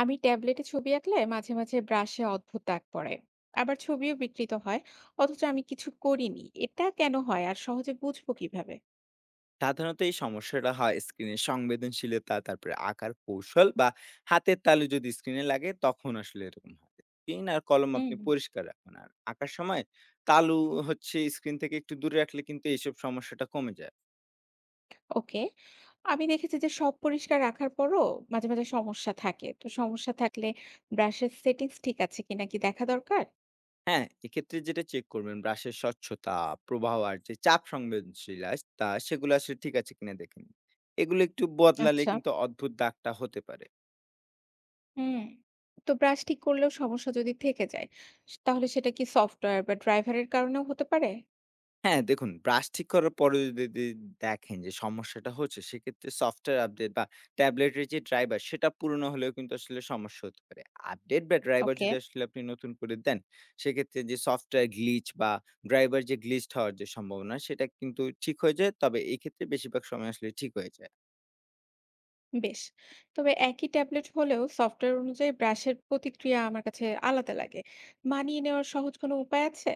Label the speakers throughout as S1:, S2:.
S1: আমি ট্যাবলেটে ছবি আঁকলে মাঝে মাঝে ব্রাশে অদ্ভুত দাগ পড়ে, আবার ছবিও বিকৃত হয়। অথচ আমি কিছু করিনি। এটা কেন হয় আর সহজে বুঝবো কিভাবে?
S2: সাধারণত এই সমস্যাটা হয় স্ক্রিনের সংবেদনশীলতা, তারপরে আঁকার কৌশল বা হাতের তালু যদি স্ক্রিনে লাগে তখন আসলে এরকম হয়। পেন আর কলম
S1: হুম।
S2: আপনি পরিষ্কার রাখুন। আর আঁকার সময় তালু হচ্ছে স্ক্রিন থেকে একটু দূরে রাখলে কিন্তু এইসব সমস্যাটা কমে যায়।
S1: ওকে, আমি দেখেছি যে সব পরিষ্কার রাখার পরও মাঝে মাঝে সমস্যা থাকে। তো সমস্যা থাকলে ব্রাশের সেটিংস ঠিক আছে কিনা কি দেখা দরকার?
S2: হ্যাঁ, এক্ষেত্রে যেটা চেক করবেন ব্রাশের স্বচ্ছতা, প্রবাহ আর যে চাপ সংবেদনশীলতা সেগুলো আসলে ঠিক আছে কিনা দেখে নিন। এগুলো একটু বদলালে
S1: আচ্ছা।
S2: কিন্তু অদ্ভুত দাগটা হতে পারে।
S1: হুম। তো ব্রাশ ঠিক করলেও সমস্যা যদি থেকে যায়, তাহলে সেটা কি সফটওয়্যার বা ড্রাইভারের কারণেও হতে পারে?
S2: হ্যাঁ, দেখুন ব্রাশ ঠিক করার পরেও যদি দেখেন যে সমস্যাটা হচ্ছে, সেক্ষেত্রে সফটওয়্যার আপডেট বা ট্যাবলেটের যে ড্রাইভার সেটা পুরনো হলেও কিন্তু আসলে সমস্যা হতে পারে। আপডেট বা ড্রাইভার
S1: ওকে।
S2: যদি আসলে আপনি নতুন করে দেন, সেক্ষেত্রে যে সফটওয়্যার গ্লিচ বা ড্রাইভার যে গ্লিচড হওয়ার যে সম্ভাবনা, সেটা কিন্তু ঠিক হয়ে যায়। তবে এক্ষেত্রে বেশিরভাগ সময় আসলে ঠিক হয়ে যায়।
S1: বেশ। তবে একই ট্যাবলেট হলেও সফটওয়্যার অনুযায়ী ব্রাশের প্রতিক্রিয়া আমার কাছে আলাদা লাগে। মানিয়ে নেওয়ার সহজ কোনো উপায় আছে?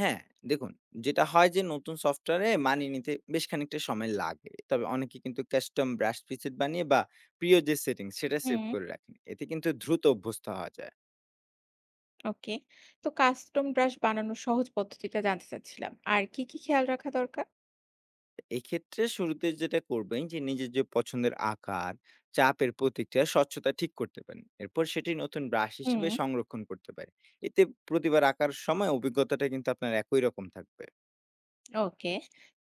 S2: হ্যাঁ, দেখুন যেটা হয় যে নতুন সফটওয়্যারে মানিয়ে নিতে বেশ খানিকটা সময় লাগে। তবে অনেকে কিন্তু কাস্টম ব্রাশ প্রিসেট বানিয়ে বা প্রিয় যে সেটিংস সেটা সেভ
S1: হুম।
S2: করে রাখেন। এতে কিন্তু দ্রুত অভ্যস্ত হওয়া যায়।
S1: ওকে। তো কাস্টম ব্রাশ বানানোর সহজ পদ্ধতিটা জানতে চাচ্ছিলাম। আর কি, কি খেয়াল রাখা দরকার?
S2: এক্ষেত্রে শুরুতে যেটা করবেন যে নিজের যে পছন্দের আকার, চাপের প্রতিক্রিয়া, স্বচ্ছতা ঠিক করতে পারেন। এরপর সেটি নতুন ব্রাশ হিসেবে
S1: হুম।
S2: সংরক্ষণ করতে পারেন। এতে প্রতিবার আঁকার সময় অভিজ্ঞতাটা কিন্তু আপনার একই রকম থাকবে।
S1: ওকে।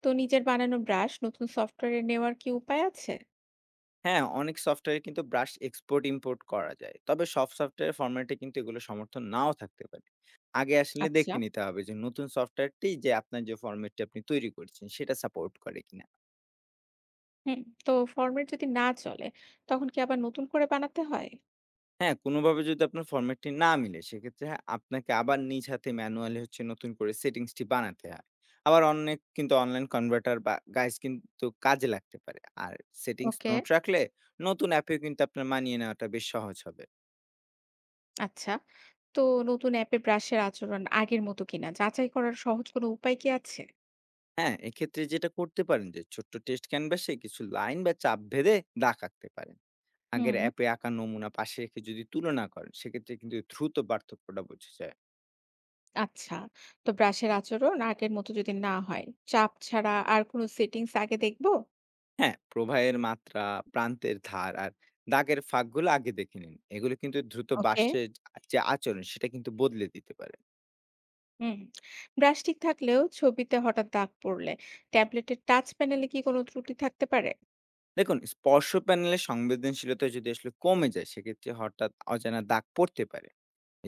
S1: তো নিজের বানানো ব্রাশ নতুন সফটওয়্যারে নেওয়ার কি উপায় আছে?
S2: হ্যাঁ, অনেক সফটওয়্যারে কিন্তু ব্রাশ এক্সপোর্ট ইম্পোর্ট করা যায়। তবে সব সফটওয়্যার ফরম্যাটে কিন্তু এগুলো সমর্থন নাও থাকতে পারে। আগে আসলে
S1: আচ্ছা।
S2: দেখে নিতে হবে যে নতুন সফটওয়্যারটি যে আপনার যে ফরম্যাটটি আপনি তৈরি করছেন সেটা সাপোর্ট করে কিনা।
S1: হুম। তো ফরম্যাট যদি না চলে, তখন কি আবার নতুন করে বানাতে হয়?
S2: হ্যাঁ, কোনোভাবে যদি আপনার ফরম্যাটটি না মিলে সেক্ষেত্রে হ্যাঁ, আপনাকে আবার নিজ হাতে ম্যানুয়ালি হচ্ছে নতুন করে সেটিংসটি বানাতে হয়। আবার অনেক কিন্তু অনলাইন কনভার্টার বা গাইজ কিন্তু কাজে লাগতে পারে। আর সেটিংস
S1: ওকে।
S2: নোট রাখলে নতুন অ্যাপেও কিন্তু আপনার মানিয়ে নেওয়াটা বেশ সহজ হবে।
S1: আচ্ছা। তো নতুন অ্যাপে ব্রাশের আচরণ আগের মতো কিনা যাচাই করার সহজ কোনো উপায় কি আছে?
S2: হ্যাঁ, এক্ষেত্রে যেটা করতে পারেন যে ছোট্ট টেস্ট ক্যানভাসে কিছু লাইন বা চাপ ভেদে দাগ আঁকতে পারেন।
S1: হুম,
S2: আগের অ্যাপে আঁকা নমুনা পাশে রেখে যদি তুলনা করেন সেক্ষেত্রে কিন্তু দ্রুত পার্থক্যটা বোঝা যায়।
S1: আচ্ছা। তো ব্রাশের আচরণ আগের মতো যদি না হয়, চাপ ছাড়া আর কোনো সেটিংস আগে দেখব?
S2: হ্যাঁ, প্রবাহের মাত্রা, প্রান্তের ধার আর দাগের ফাঁকগুলো আগে দেখে নিন। এগুলো কিন্তু দ্রুত
S1: ওকে।
S2: বাঁশের যে আচরণ সেটা কিন্তু বদলে দিতে পারে।
S1: হুম। ব্রাশ ঠিক থাকলেও ছবিতে হঠাৎ দাগ পড়লে ট্যাবলেটের টাচ প্যানেলে কি কোনো ত্রুটি থাকতে পারে?
S2: দেখুন স্পর্শ প্যানেলের সংবেদনশীলতা যদি আসলে কমে যায় সেক্ষেত্রে হঠাৎ অজানা দাগ পড়তে পারে।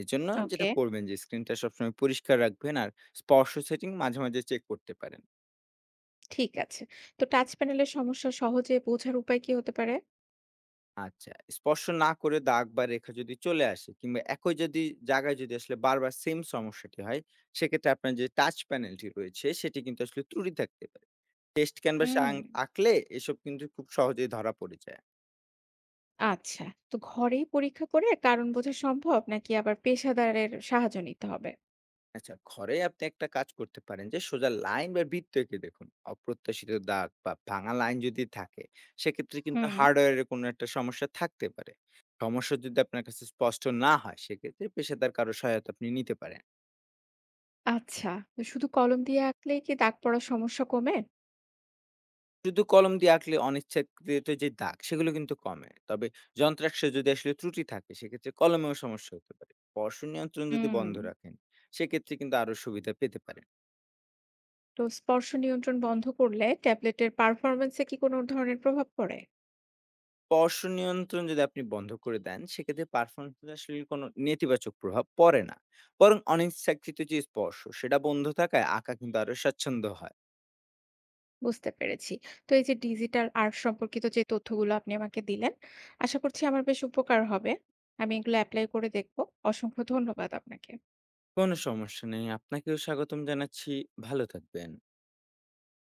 S2: এজন্য যেটা
S1: ওকে,
S2: করবেন যে স্ক্রিনটা সবসময় পরিষ্কার রাখবেন আর স্পর্শ সেটিং মাঝে, মাঝে চেক করতে পারেন।
S1: ঠিক আছে। তো টাচ প্যানেলের সমস্যা সহজে বোঝার উপায় কি হতে পারে?
S2: আচ্ছা, স্পর্শ না করে দাগ বা রেখা যদি চলে আসে কিংবা একই যদি জায়গায় যদি আসলে বারবার সেম সমস্যাটি হয়, সেক্ষেত্রে আপনার যে টাচ প্যানেলটি রয়েছে সেটি কিন্তু আসলে ত্রুটি থাকতে পারে। টেক্সট ক্যানভাসে
S1: হুম,
S2: আঁকলে এসব কিন্তু খুব সহজেই ধরা পড়ে যায়।
S1: আচ্ছা। তো ঘরেই পরীক্ষা করে কারণ বোঝা সম্ভব নাকি আবার পেশাদারের সাহায্য নিতে হবে?
S2: আচ্ছা, ঘরে আপনি একটা কাজ করতে পারেন যে সোজা লাইন বা বৃত্ত এঁকে দেখুন। অপ্রত্যাশিত দাগ বা ভাঙা লাইন যদি থাকে, সেক্ষেত্রে কিন্তু
S1: হুম,
S2: হার্ডওয়্যারের কোনো একটা সমস্যা থাকতে পারে। সমস্যা যদি আপনার কাছে স্পষ্ট না হয়, সেক্ষেত্রে পেশাদার কারো সহায়তা আপনি নিতে পারেন।
S1: আচ্ছা। তো শুধু কলম দিয়ে আঁকলেই কি দাগ পড়ার সমস্যা কমে?
S2: শুধু কলম দিয়ে আঁকলে অনিচ্ছাকৃত যে দাগ, সেগুলো কিন্তু কমে। তবে যন্ত্রাংশে যদি আসলে ত্রুটি থাকে, সেক্ষেত্রে কলমেও সমস্যা হতে পারে। স্পর্শ নিয়ন্ত্রণ যদি
S1: হুম।
S2: বন্ধ রাখেন, সেক্ষেত্রে কিন্তু আরো সুবিধা পেতে পারেন।
S1: তো স্পর্শ নিয়ন্ত্রণ বন্ধ করলে ট্যাবলেটের পারফরমেন্সে কি কোনো ধরনের প্রভাব পড়ে?
S2: স্পর্শ নিয়ন্ত্রণ যদি আপনি বন্ধ করে দেন, সেক্ষেত্রে পারফরম্যান্স আসলে কোনো নেতিবাচক প্রভাব পড়ে না। বরং অনিচ্ছাকৃত যে স্পর্শ, সেটা বন্ধ থাকায় আঁকা কিন্তু আরো স্বাচ্ছন্দ্য হয়।
S1: বুঝতে পেরেছি। তো এই যে ডিজিটাল আর্ট সম্পর্কিত যে তথ্যগুলো আপনি আমাকে দিলেন, আশা করছি আমার বেশ উপকার হবে। আমি এগুলো অ্যাপ্লাই করে দেখবো। অসংখ্য ধন্যবাদ আপনাকে।
S2: কোনো সমস্যা নেই। আপনাকেও স্বাগতম জানাচ্ছি। ভালো থাকবেন।